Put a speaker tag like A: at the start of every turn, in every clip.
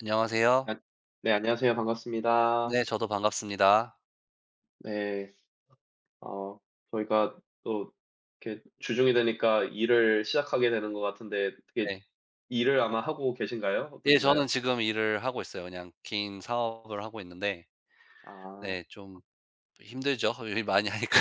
A: 안녕하세요.
B: 아 네, 안녕하세요. 반갑습니다.
A: 네, 저도 반갑습니다.
B: 네. 어 저희가 또 이렇게 주중이 되니까 일을 시작하게 되는 것 같은데, 되게
A: 네.
B: 일을 아마 하고 계신가요?
A: 예, 저는
B: 어떠신가요?
A: 지금 일을 하고 있어요. 그냥 개인 사업을 하고 있는데
B: 아.
A: 네, 좀 힘들죠. 일 많이 하니까.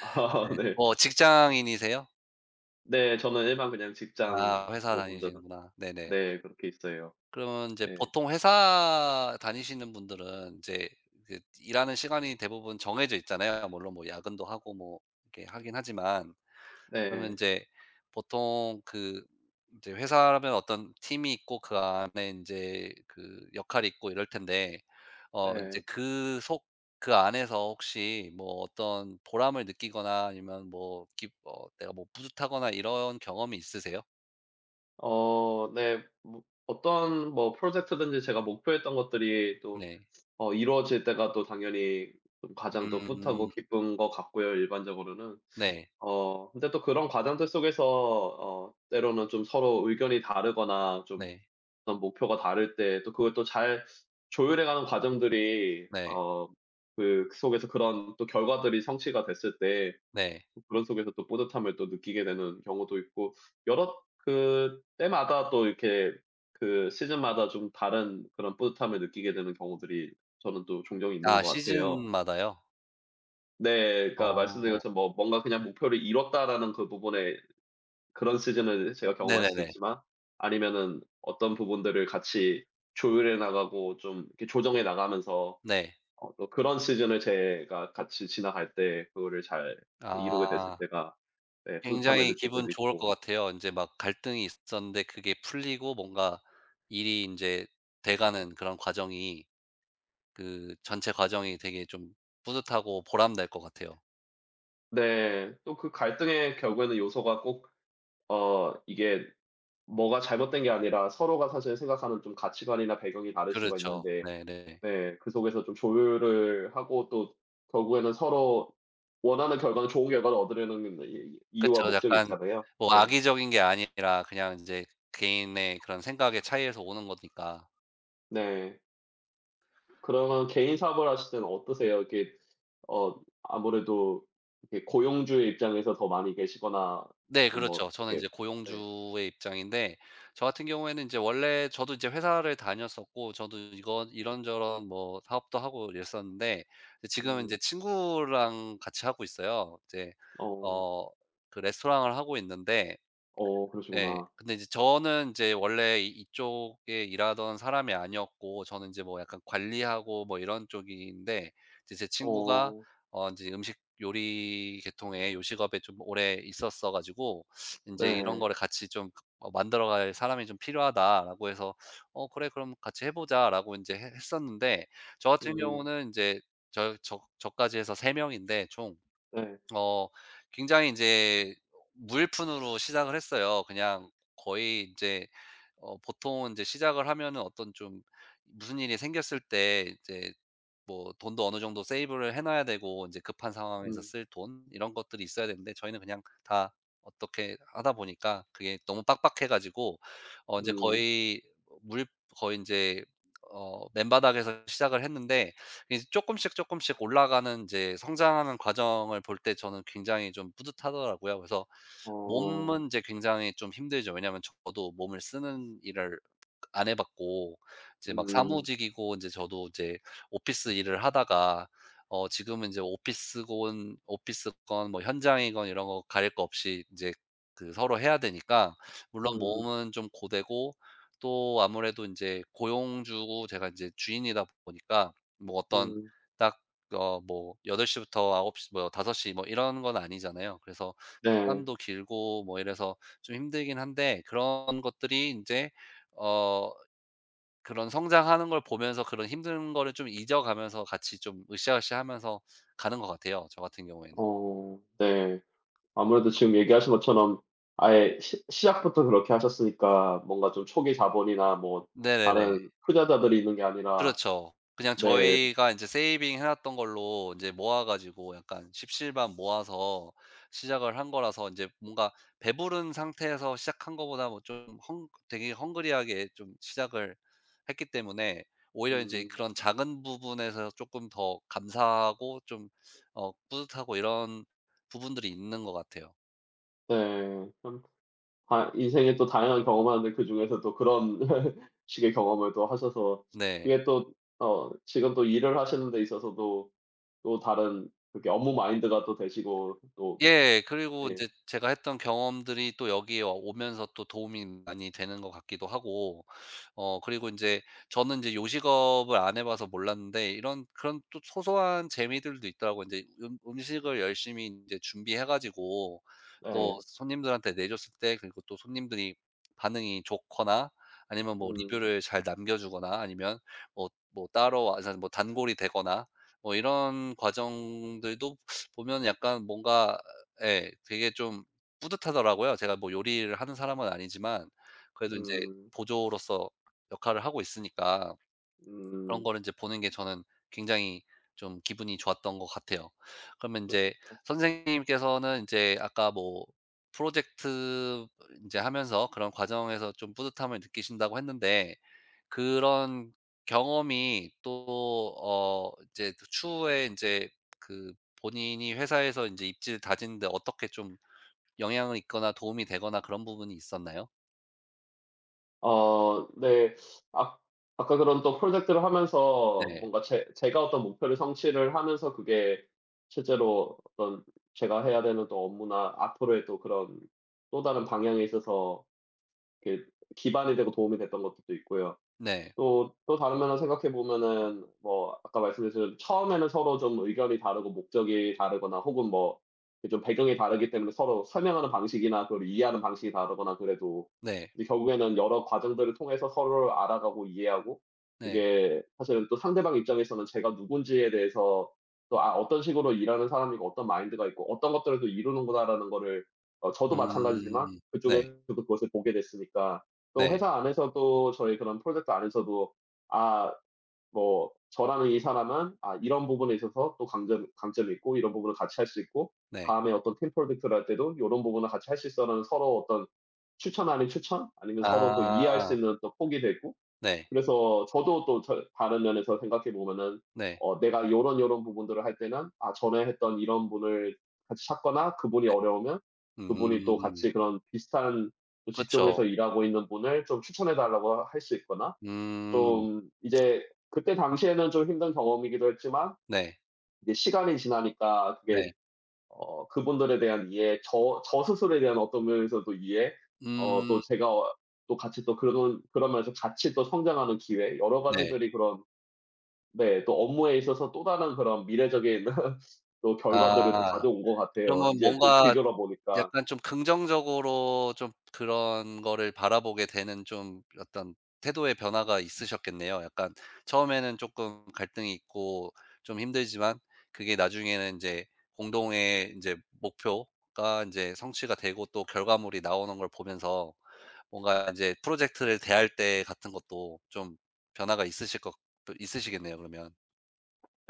B: 아, 네.
A: 뭐 직장인이세요?
B: 네. 저는 일반 그냥 직장으로
A: 아, 회사
B: 혼자 산
A: 다니시는구나. 네네.
B: 네 그렇게 있어요.
A: 그러면 이제
B: 네
A: 보통 회사 다니시는 분들은 이제 그 일하는 시간이 대부분 정해져 있잖아요. 물론 뭐 야근도 하고 뭐 이렇게 하긴 하지만 그러면 이
B: 네.
A: 제 보통 그 이제 회사라면 어떤 팀이 있고 그 안에 인제 그 역할이 있고 이럴 텐데 인제
B: 네.
A: 그 속 그 안에서 혹시 뭐 어떤 보람을 느끼거나 아니면 뭐 기 내가 뭐 뿌듯하거나 이런 경험이 있으세요?
B: 네. 뭐 어떤 뭐 프로젝트든지 제가 목표했던 것들이 또
A: 네.
B: 이루어질 때가 또 당연히 좀 가장 또 뿌듯하고
A: 음.
B: 기쁜 것 같고요, 일반적으로는.
A: 네.
B: 근데 또 그런 과정들 속에서 때로는 좀 서로 의견이 다르거나 좀
A: 네.
B: 어떤 목표가 다를 때 또 그걸 또 잘 조율해 가는 과정들이
A: 네.
B: 그 속에서 그런 또 결과들이 성취가 됐을 때
A: 네.
B: 그런 속에서 또 뿌듯함을 또 느끼게 되는 경우도 있고, 여러 그 때마다 또 이렇게 그 시즌마다 좀 다른 그런 뿌듯함을 느끼게 되는 경우들이 저는 또 종종 있는 것
A: 아,
B: 같아요.
A: 시즌마다요?
B: 네. 그러니까 말씀드린
A: 어.
B: 것처럼 뭐 뭔가 그냥 '목표를 이뤘다.'라는 그 부분에 그런 시즌을 제가 경험할 수도
A: 네네네.
B: 있지만, 아니면은 어떤 부분들을 같이 조율해 나가고 좀 이렇게 조정해 나가면서
A: 네.
B: 또 그런 시즌을 제가 같이 지나갈 때 그거를 잘 이루게 됐을
A: 아.
B: 때가 네 뿌듯함을
A: 굉장히
B: 느낄
A: 기분
B: 때도
A: 좋을 것
B: 있고.
A: 같아요. 인제 막 갈등이 있었는데 그게 풀리고 뭔가 일이 인제 돼가는 그런 과정이 그 전체 과정이 되게 좀 뿌듯하고 보람날 것 같아요.
B: 네. 또 그 갈등의 결국에는 요소가 꼭 이게 뭐가 잘못된 게 아니라 서로가 사실 생각하는 좀 가치관이나 배경이 다를 수가
A: 그렇죠.
B: 있는데.
A: 네네.
B: 네. 그 속에서 좀 조율을 하고, 또 결국에는 서로 원하는 결과는 좋은 결과를 얻으려는 이유와
A: 그쵸.
B: 목적이
A: 약간
B: 있잖아요.
A: 뭐
B: 네.
A: 악의적인 게 아니라 그냥 인제 개인의 그런 생각의 차이에서 오는 거니까.
B: 네. 그러면 개인 사업을 하실 때는 어떠세요? 이렇게 아무래도 이렇게 고용주의 입장에서 더 많이 계시거나
A: 네,
B: 혹은 뭐
A: 그렇죠. 저는
B: 이렇게.
A: 인제
B: 네.
A: 고용주의 입장인데 저 같은 경우에는 인제 원래 저도 이제 회사를 다녔었고 저도 이건 이런저런 뭐 사업도 하고 이랬었는데 이제 지금은
B: 음.
A: 인제 친구랑 같이 하고 있어요. 이제
B: 어.
A: 어 그 레스토랑을 하고 있는데 예.
B: 그러시구나.
A: 근데 이제 저는 이제 원래 이 이쪽에 일하던 사람이 아니었고 저는 이제 뭐 약간 관리하고 뭐 이런 쪽인데 이제 제 친구가
B: 어.
A: 어제 음식 요리 계통의 요식업에 좀 오래 있었어 가지고 이제 "이런
B: 네.
A: 거를 같이 좀 만들어갈 사람이 좀 필요하다."라고 해서 "어 그래. 그럼 같이 해보자라고 이제 해 보자."라고 이제했 했었는데 저 같은
B: 음.
A: 경우는 이제 저 저 저까지 해서 3 명인데 총
B: 네.
A: 어 굉장히 이제 무일푼으로 시작을 했어요. 그냥 거의 이제 보통 이제 시작을 하면은 어떤 좀 무슨 일이 생겼을 때 이제 뭐 돈도 어느 정도 세이브를 해 놔야 되고 이제 급한 상황에서
B: 음.
A: 쓸 돈 이런 것들이 있어야 되는데 저희는 그냥 다 어떻게 하다 보니까 그게 너무 빡빡해 가지고 어제
B: 음.
A: 거의 물 거의 이제 맨바닥에서 시작을 했는데 이제 씩조금씩 올라가는 이제 성장하는 과정을 볼 때 저는 굉장히 좀 뿌듯하더라고요. 그래서
B: 어.
A: 몸은 이제 굉장히 좀 힘들죠. 왜냐하면 저도 몸을 쓰는 일을 안해 봤고 이제 막
B: 음.
A: 사무직이고 이제 저도 이제 오피스 일을 하다가 지금은 이제 오피스건 뭐 현장이건 이런 거 가릴 거 없이 이제 그 서로 해야 되니까 물론
B: 음.
A: 몸은 좀 고되고 또 아무래도 이제 고용주고 제가 이제 주인이다 보니까 뭐 어떤
B: 음.
A: 딱 뭐 8 시부터 아홉 시뭐 5 시 뭐 이런 건 아니잖아요. 그래서
B: 네.
A: 시간도 길고 뭐 이래서 좀 힘들긴 한데 그런 것들이 이제어 그런 성장하는 걸 보면서 그런 힘든 거를 좀 잊어가면서 같이 좀 으쌰으쌰하면서 가는 것 같아요, 저 같은 경우에는.
B: 어. 네. 아무래도 지금 얘기하신 것처럼 아예 시 시작부터 그렇게 하셨으니까 뭔가 좀 초기 자본이나 뭐
A: 네네네.
B: 다른 투자자들이 있는 게 아니라.
A: 그렇죠. 그냥
B: 네.
A: 저희가 인제 세이빙 해 놨던 걸로 인제 모아 가지고 약간 십실반 모아서 시작을 한 거라서 인제 뭔가 배부른 상태에서 시작한 거보다 뭐 좀 헝 되게 헝그리하게 좀 시작을 했기 때문에 오히려 인제
B: 음
A: 그런 작은 부분에서 쪼끔 더 감사하고 좀 뿌듯하고 이런 부분들이 있는 것 같아요.
B: 네. 참 다 인생에 또 다양한 경험하는데 그중에서 또 그런 식의 경험을 또 하셔서
A: 네.
B: 그게 또 지금 또 일을 하시는 데 있어서도 또 다른 그렇게 업무 마인드가 또 되시고 또
A: 예. 그리고
B: 예.
A: 인제 제가 했던 경험들이 또 여기에 와 오면서 또 도움이 많이 되는 것 같기도 하고 그리고 인제 저는 인제 요식업을 안 해 봐서 몰랐는데 이런 그런 또 소소한 재미들도 있더라고요. 인제 음식을 열심히 인제 준비해 가지고 또
B: 네.
A: 손님들한테 내줬을 때 그리고 또 손님들이 반응이 좋거나 아니면 뭐
B: 음.
A: 리뷰를 잘 남겨 주거나 아니면 뭐 뭐 따로 와서 뭐 단골이 되거나 뭐 이런 과정들도 보면 약간 뭔가 예. 되게 좀 뿌듯하더라고요. 제가 뭐 요리를 하는 사람은 아니지만 그래도 인제
B: 음.
A: 보조로서 역할을 하고 있으니까 그런
B: 음.
A: 거를 인제 보는 게 저는 굉장히 좀 기분이 좋았던 것 같아요. 그러면 인제 선생님께서는 인제 아까 뭐 프로젝트 인제 하면서 그런 과정에서 좀 뿌듯함을 느끼신다고 했는데 그런 경험이 또 이제 그 추후에 인제 그 본인이 회사에서 인제 입지를 다지는데 어떻게 좀 영향을 있거나 도움이 되거나 그런 부분이 있었나요?
B: 네. 아 아까 그런 또 프로젝트를 하면서
A: 네.
B: 뭔가 제 제가 어떤 목표를 성취를 하면서 그게 실제로 어떤 제가 해야 되는 또 업무나 앞으로의 또 그런 또 다른 방향에 있어서 이렇게 기반이 되고 도움이 됐던 것들도 있고요.
A: 네.
B: 또 또 다른 면을 생각해 보면은 뭐 아까 말씀드린 것처럼 처음에는 서로 좀 의견이 다르고 목적이 다르거나 혹은 뭐 좀 배경이 다르기 때문에 서로 설명하는 방식이나 그걸 이해하는 방식이 다르거나 그래도
A: 네.
B: 이제 결국에는 여러 과정들을 통해서 서로를 알아가고 이해하고
A: 네.
B: 그게 사실은 또 상대방 입장에서는 제가 누군지에 대해서 또 어떤 식으로 일하는 사람이고 어떤 마인드가 있고 어떤 것들을 또 이루는구나.'라는 거를 저도 마찬가지지만
A: 음. 네.
B: 그쪽에서도 그것을 보게 됐으니까 또
A: 네.
B: 회사 안에서도 저희 그런 프로젝트 안에서도 아 뭐 저라는 이 사람은 아 이런 부분에 있어서 또 강점이 있고 이런 부분을 같이 할 수 있고
A: 네.
B: 다음에 어떤 팀 프로젝트를 할 때도 이런 부분을 같이 할 수 있어라는 서로 어떤 추천 아닌 추천 아니면 서로 또 이해할 수
A: 아.
B: 있는 또 폭이 되고.
A: 네.
B: 그래서 저도 또 저 다른 면에서 생각해 보면은
A: 네.
B: 내가 요런 부분들을 할 때는 아 전에 했던 이런 분을 같이 찾거나 그분이
A: 네.
B: 어려우면 그분이 또
A: 음.
B: 같이 그런 비슷한 또
A: 그쵸.
B: 직종에서 일하고 있는 분을 좀 추천해 달라고 할 수 있거나,
A: 음.
B: 좀 이제 그때 당시에는 좀 힘든 경험이기도 했지만
A: 네.
B: 이제 시간이 지나니까 그게
A: 네.
B: 그분들에 대한 이해, 저 스스로에 대한 어떤 면에서도 이해, 또
A: 음.
B: 제가 또 같이 또 그런 그러면서 같이 또 성장하는 기회 여러
A: 네.
B: 가지들이 그런 네 또 업무에 있어서 또 다른 그런 미래적인 또 결과들을 또
A: 아.
B: 가져온 것 같아요. 이
A: 그러면
B: 제 또
A: 뭔가
B: 뒤돌아보니까.
A: 약간 좀 긍정적으로 좀 그런 거를 바라보게 되는 좀 어떤 태도의 변화가 있으셨겠네요. 약간 처음에는 조금 갈등이 있고 좀 힘들지만 그게 나중에는 이제 공동의 이제 목표가 이제 성취가 되고 또 결과물이 나오는 걸 보면서 뭔가 이제 프로젝트를 대할 때 같은 것도 좀 변화가 있으실 것 있으시겠네요 그러면.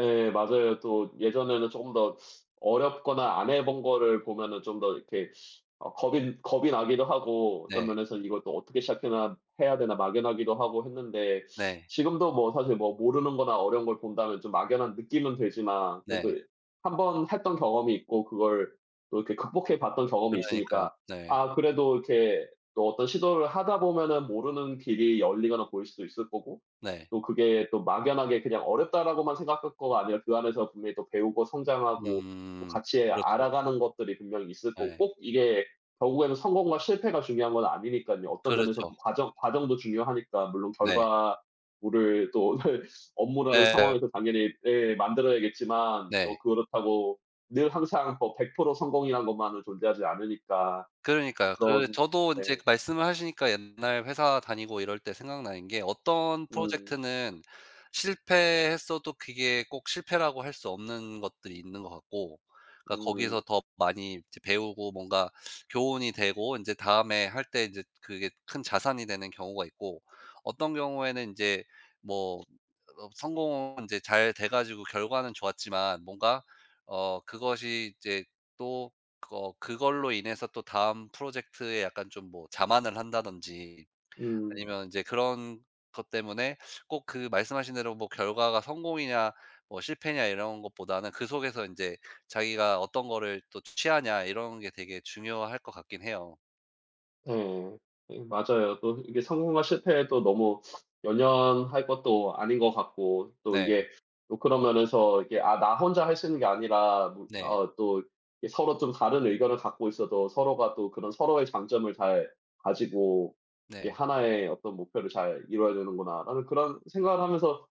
B: 예 맞아요. 또 예전에는 조금 더 어렵거나 안 해본 거를 보면은 좀 더 이렇게 겁이 나기도 하고 어떤
A: 네.
B: 면에서 이걸 또 어떻게 시작해나 해야 되나 막연하기도 하고 했는데,
A: 네.
B: 지금도 뭐 사실 뭐 모르는 거나 어려운 걸 본다면 좀 막연한 느낌은 되지만 그래도
A: 네.
B: 한번 했던 경험이 있고 그걸 또 이렇게 극복해 봤던 경험이
A: 그러니까요.
B: 있으니까
A: 네.
B: 그래도 이렇게 또 어떤 시도를 하다 보면은 모르는 길이 열리거나 보일 수도 있을 거고,
A: 네.
B: 또 그게 또 막연하게 그냥 어렵다라고만 생각할 거가 아니라 그 안에서 분명히 또 배우고 성장하고 또
A: 음.
B: 같이
A: 그렇죠.
B: 알아가는 것들이 분명히 있을 거고.
A: 네.
B: 꼭 이게 결국에는 성공과 실패가 중요한 건 아니니깐요. 어떤 면에서는
A: 그렇죠.
B: 과정도 중요하니까, 물론
A: 네.
B: 결과물을 또 업무라는
A: 예.
B: 상황에서 당연히 예 만들어야겠지만 또
A: 네.
B: 그렇다고 늘 항상 뭐 100% 성공이란 것만은 존재하지 않으니까
A: 그러니까요. 그
B: 그런.
A: 저도 인제
B: 네.
A: 말씀을 하시니까 옛날 회사 다니고 이럴 때 생각나는 게 어떤
B: 음.
A: 프로젝트는 실패했어도 그게 꼭 실패라고 할 수 없는 것들이 있는 것 같고 그러니까 거기서
B: 음.
A: 더 많이 이제 배우고 뭔가 교훈이 되고 인제 다음에 할 때 인제 그게 큰 자산이 되는 경우가 있고 어떤 경우에는 인제 뭐 성공은 인제 잘 돼 가지고 결과는 좋았지만 뭔가 그것이 이제 또 그걸로 인해서 또 다음 프로젝트에 약간 좀 뭐 자만을 한다든지
B: 음.
A: 아니면 이제 그런 것 때문에 꼭 그 말씀하신 대로 뭐 결과가 성공이냐 뭐 실패냐 이런 것보다는 그 속에서 이제 자기가 어떤 거를 또 취하냐 이런 게 되게 중요할 것 같긴 해요.
B: 예. 예 맞아요. 또 이게 성공과 실패에 도 너무 연연할 것도 아닌 것 같고 또
A: 네.
B: 이게 또 그런 면에서 이게 나 혼자 할 수 있는 게 아니라 뭐
A: 네.
B: 어 또 이 서로 좀 다른 의견을 갖고 있어도 서로가 또 그런 서로의 장점을 잘 가지고 이게
A: 네.
B: '하나의 어떤 목표를 잘 이뤄야 되는구나.'라는 그런 생각을 하면서,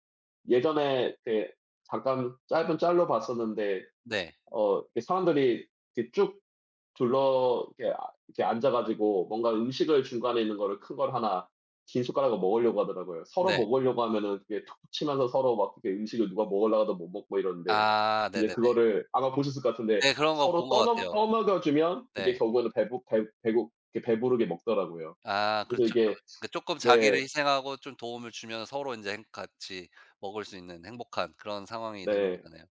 B: 예전에 이렇게 잠깐 짧은 짤로 봤었는데
A: 네.
B: 이렇게 사람들이 이렇게 쭉 둘러 이렇게 이렇게 앉아 가지고 뭔가 음식을 중간에 있는 거를 큰 걸 하나 긴 숟가락으로 먹으려고 하더라고요. 서로
A: 네.
B: 먹으려고 하면은 그게 툭툭 치면서 서로 막 그렇게 음식을 누가 먹으려고 하다 못 먹고 이러는데,
A: 아,
B: 이제
A: 네네네.
B: 그거를 아마 보셨을 것 같은데,
A: 네, 그런 거
B: 서로
A: 본 것
B: 떠넘
A: 같아요.
B: 떠먹여 주면 그게
A: 네.
B: 결국에는 배부 배 배고 이렇게 배부르게 먹더라고요.
A: 아,
B: 그래서
A: 그렇죠.
B: 이게.
A: 그 쪼끔 자기를
B: 네.
A: 희생하고 좀 도움을 주면 서로 인제 행 같이 먹을 수 있는 행복한 그런 상황이 되는
B: 네.
A: 거잖아요.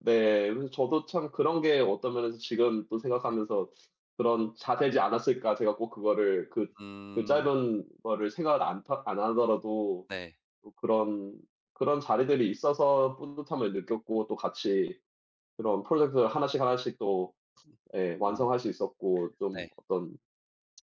B: 네. 그래서 저도 참 그런 게 어떤 면에서 지금 또
A: 네.
B: 생각하면서 '그런 자세지 않았을까.' 제가 꼭 그거를 그 그
A: 음.
B: 짧은 거를 생각을 안 하더라도
A: 네.
B: 또 그런 그런 자리들이 있어서 뿌듯함을 느꼈고 또 같이 그런 프로젝트를 하나씩 하나씩 또 예
A: 음.
B: 완성할 수 있었고, 좀
A: 네.
B: 어떤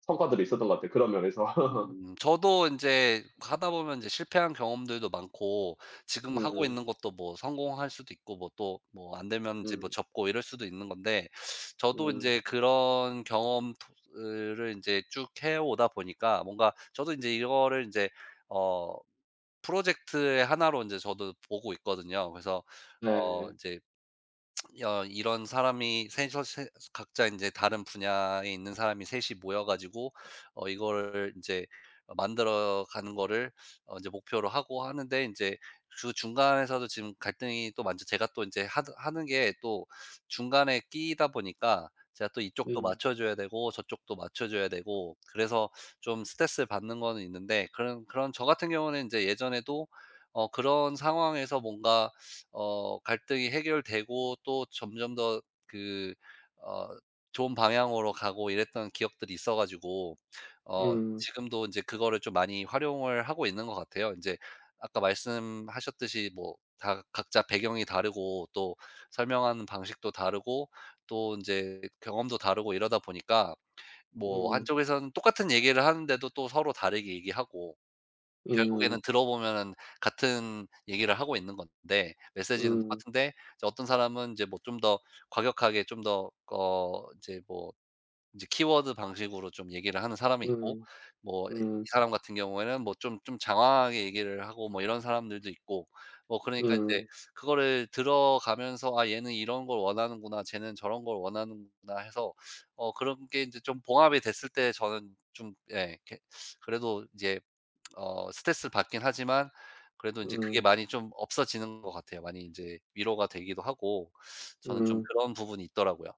B: 성과들이 있었던 것 같아요, 그런 면에서.
A: 저도 인제 하다 보면 인제 실패한 경험들도 많고 지금 하고
B: 음.
A: 있는 것도 뭐 성공할 수도 있고 뭐 또 뭐 안 되면 인제 뭐
B: 음.
A: 접고 이럴 수도 있는 건데 저도
B: 음.
A: 인제 그런 경험 토 을 인제 쭉 해 오다 보니까 뭔가 저도 인제 이거를 인제 어 프로젝트의 하나로 이제 저도 보고 있거든요. 그래서 어
B: 네.
A: 이제 이런 사람이 셋이서 세 각자 이제 다른 분야에 있는 사람이 셋이 모여 가지고 이거를 제 만들어 가는 거를 어제 목표로 하고 하는데 이제 그 중간에서도 지금 갈등이 또 많죠. 제가 또 이제 하 하는 게 또 중간에 끼다 보니까 제가 또 이쪽도
B: 음.
A: 맞춰 줘야 되고 저쪽도 맞춰 줘야 되고 그래서 좀 스트레스를 받는 거는 있는데 그런 저 같은 경우는 이제 예전에도 그런 상황에서 뭔가 갈등이 해결되고 또 점점 더 그 어 좋은 방향으로 가고 이랬던 기억들이 있어 가지고 어
B: 음.
A: 지금도 이제 그거를 좀 많이 활용을 하고 있는 것 같아요. 이제 아까 말씀하셨듯이 뭐 다 각자 배경이 다르고 또 설명하는 방식도 다르고 또 이제 경험도 다르고 이러다 보니까 뭐
B: 음.
A: 한쪽에서는 똑같은 얘기를 하는데도 또 서로 다르게 얘기하고
B: 음.
A: 결국에는 들어보면은 같은 얘기를 하고 있는 건데 메시지는
B: 음.
A: 똑같은데 이제 어떤 사람은 이제 뭐 좀 더 과격하게 좀 더 이제 뭐 이제 키워드 방식으로 좀 얘기를 하는 사람이 있고
B: 음.
A: 뭐
B: 음.
A: 이 사람 같은 경우에는 뭐 좀 장황하게 얘기를 하고 뭐 이런 사람들도 있고 뭐 그러니까 인제
B: 음.
A: 그거를 들어가면서 '아 얘는 이런 걸 원하는구나. 쟤는 저런 걸 원하는구나.' 해서 그런 게 인제 좀 봉합이 됐을 때 저는 좀 예 이렇게 그래도 이제 스트레스받긴 하지만 그래도 인제 그게
B: 음.
A: 많이 좀 없어지는 것 같아요. 많이 인제 위로가 되기도 하고 저는 좀
B: 음.
A: 그런 부분이 있더라고요.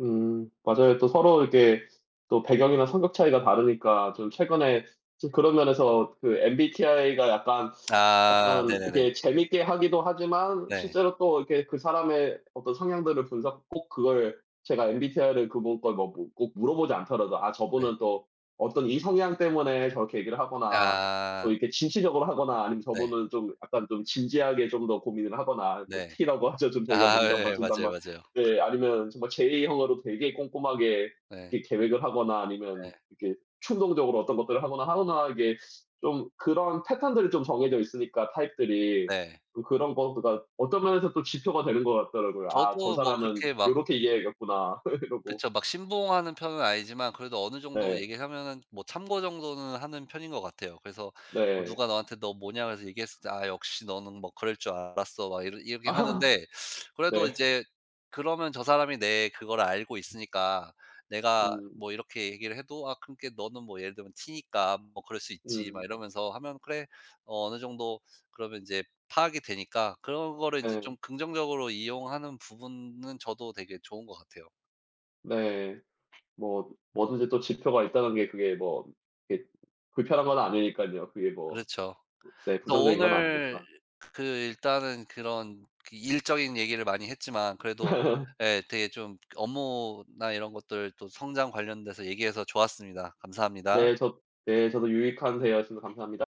B: 음. 맞아요. 또 서로 이렇게 또 배경이나 성격 차이가 다르니까 좀 최근에 좀 그런 면에서 그 MBTI가
A: 아,
B: 약간
A: 네네네.
B: 이렇게 재밌게 하기도 하지만
A: 네.
B: 실제로 또 이렇게 그 사람의 어떤 성향들을 분석 꼭 그걸 제가 MBTI를 그분 걸 뭐 뭐 꼭 물어보지 않더라도 '아
A: 네.
B: 저분은 또 어떤 이 성향 때문에 저렇게 얘기를 하거나 또
A: 아
B: 이렇게 진취적으로 하거나 아니면
A: 네.
B: 저분은 좀 약간 좀 진지하게 좀 더 고민을 하거나' 뭐
A: 네.
B: T라고 하죠. 좀 저희가
A: 아
B: 농담 반
A: 예
B: 진담
A: 맞아요,
B: 반.
A: 맞아요.
B: 네. 아니면 정말 제 형으로 되게 꼼꼼하게
A: 네.
B: 이렇게 계획을 하거나 아니면
A: 네.
B: 이렇게 충동적으로 어떤 것들을 하거나 이게 좀 그런 패턴들이 좀 정해져 있으니까 타입들이
A: 네.
B: 그 그런 거가 어떤 면에서 또 지표가 되는 것 같더라고요. '아 저
A: 저도 뭐
B: 사람은
A: 그렇게 막
B: 요렇게 이해했겠구나.' 이러고.
A: 그쵸. 막 신봉하는 편은 아니지만 그래도 어느 정도
B: 네.
A: 얘기하면은 뭐 참고 정도는 하는 편인 것 같아요. 그래서 뭐
B: 네.
A: 누가 너한테 "너 뭐냐?" 그래서 얘기했을 때 "아 역시 너는 뭐 그럴 줄 알았어." 막 이러긴
B: 아
A: 하는데 그래도
B: 네.
A: 이제 그러면 저 사람이 내 그걸 알고 있으니까 내가
B: 음.
A: 뭐 이렇게 얘기를 해도 "아 그러니까 너는 뭐 예를 들면 T니까 뭐 그럴 수 있지." 막
B: 음.
A: 이러면서 하면 "그래." 어느 정도 그러면 이제 파악이 되니까 그런 거를 인제
B: 네.
A: 좀 긍정적으로 이용하는 부분은 저도 되게 좋은 것 같아요.
B: 네. 뭐 뭐든지 또 지표가 있다는 게 그게 뭐 이렇게 불편한 건 아니니깐요. 그게 뭐
A: 그렇죠.
B: 네
A: 그래서
B: 부정적인 건
A: 오늘
B: 아니니까.
A: 그 일단은 그런 그 일적인 얘기를 많이 했지만 그래도 예 되게 좀 업무나 이런 것들 또 성장 관련돼서 얘기해서 좋았습니다. 감사합니다.
B: 네. 저 네 저도 유익한 대화였습니다. 감사합니다.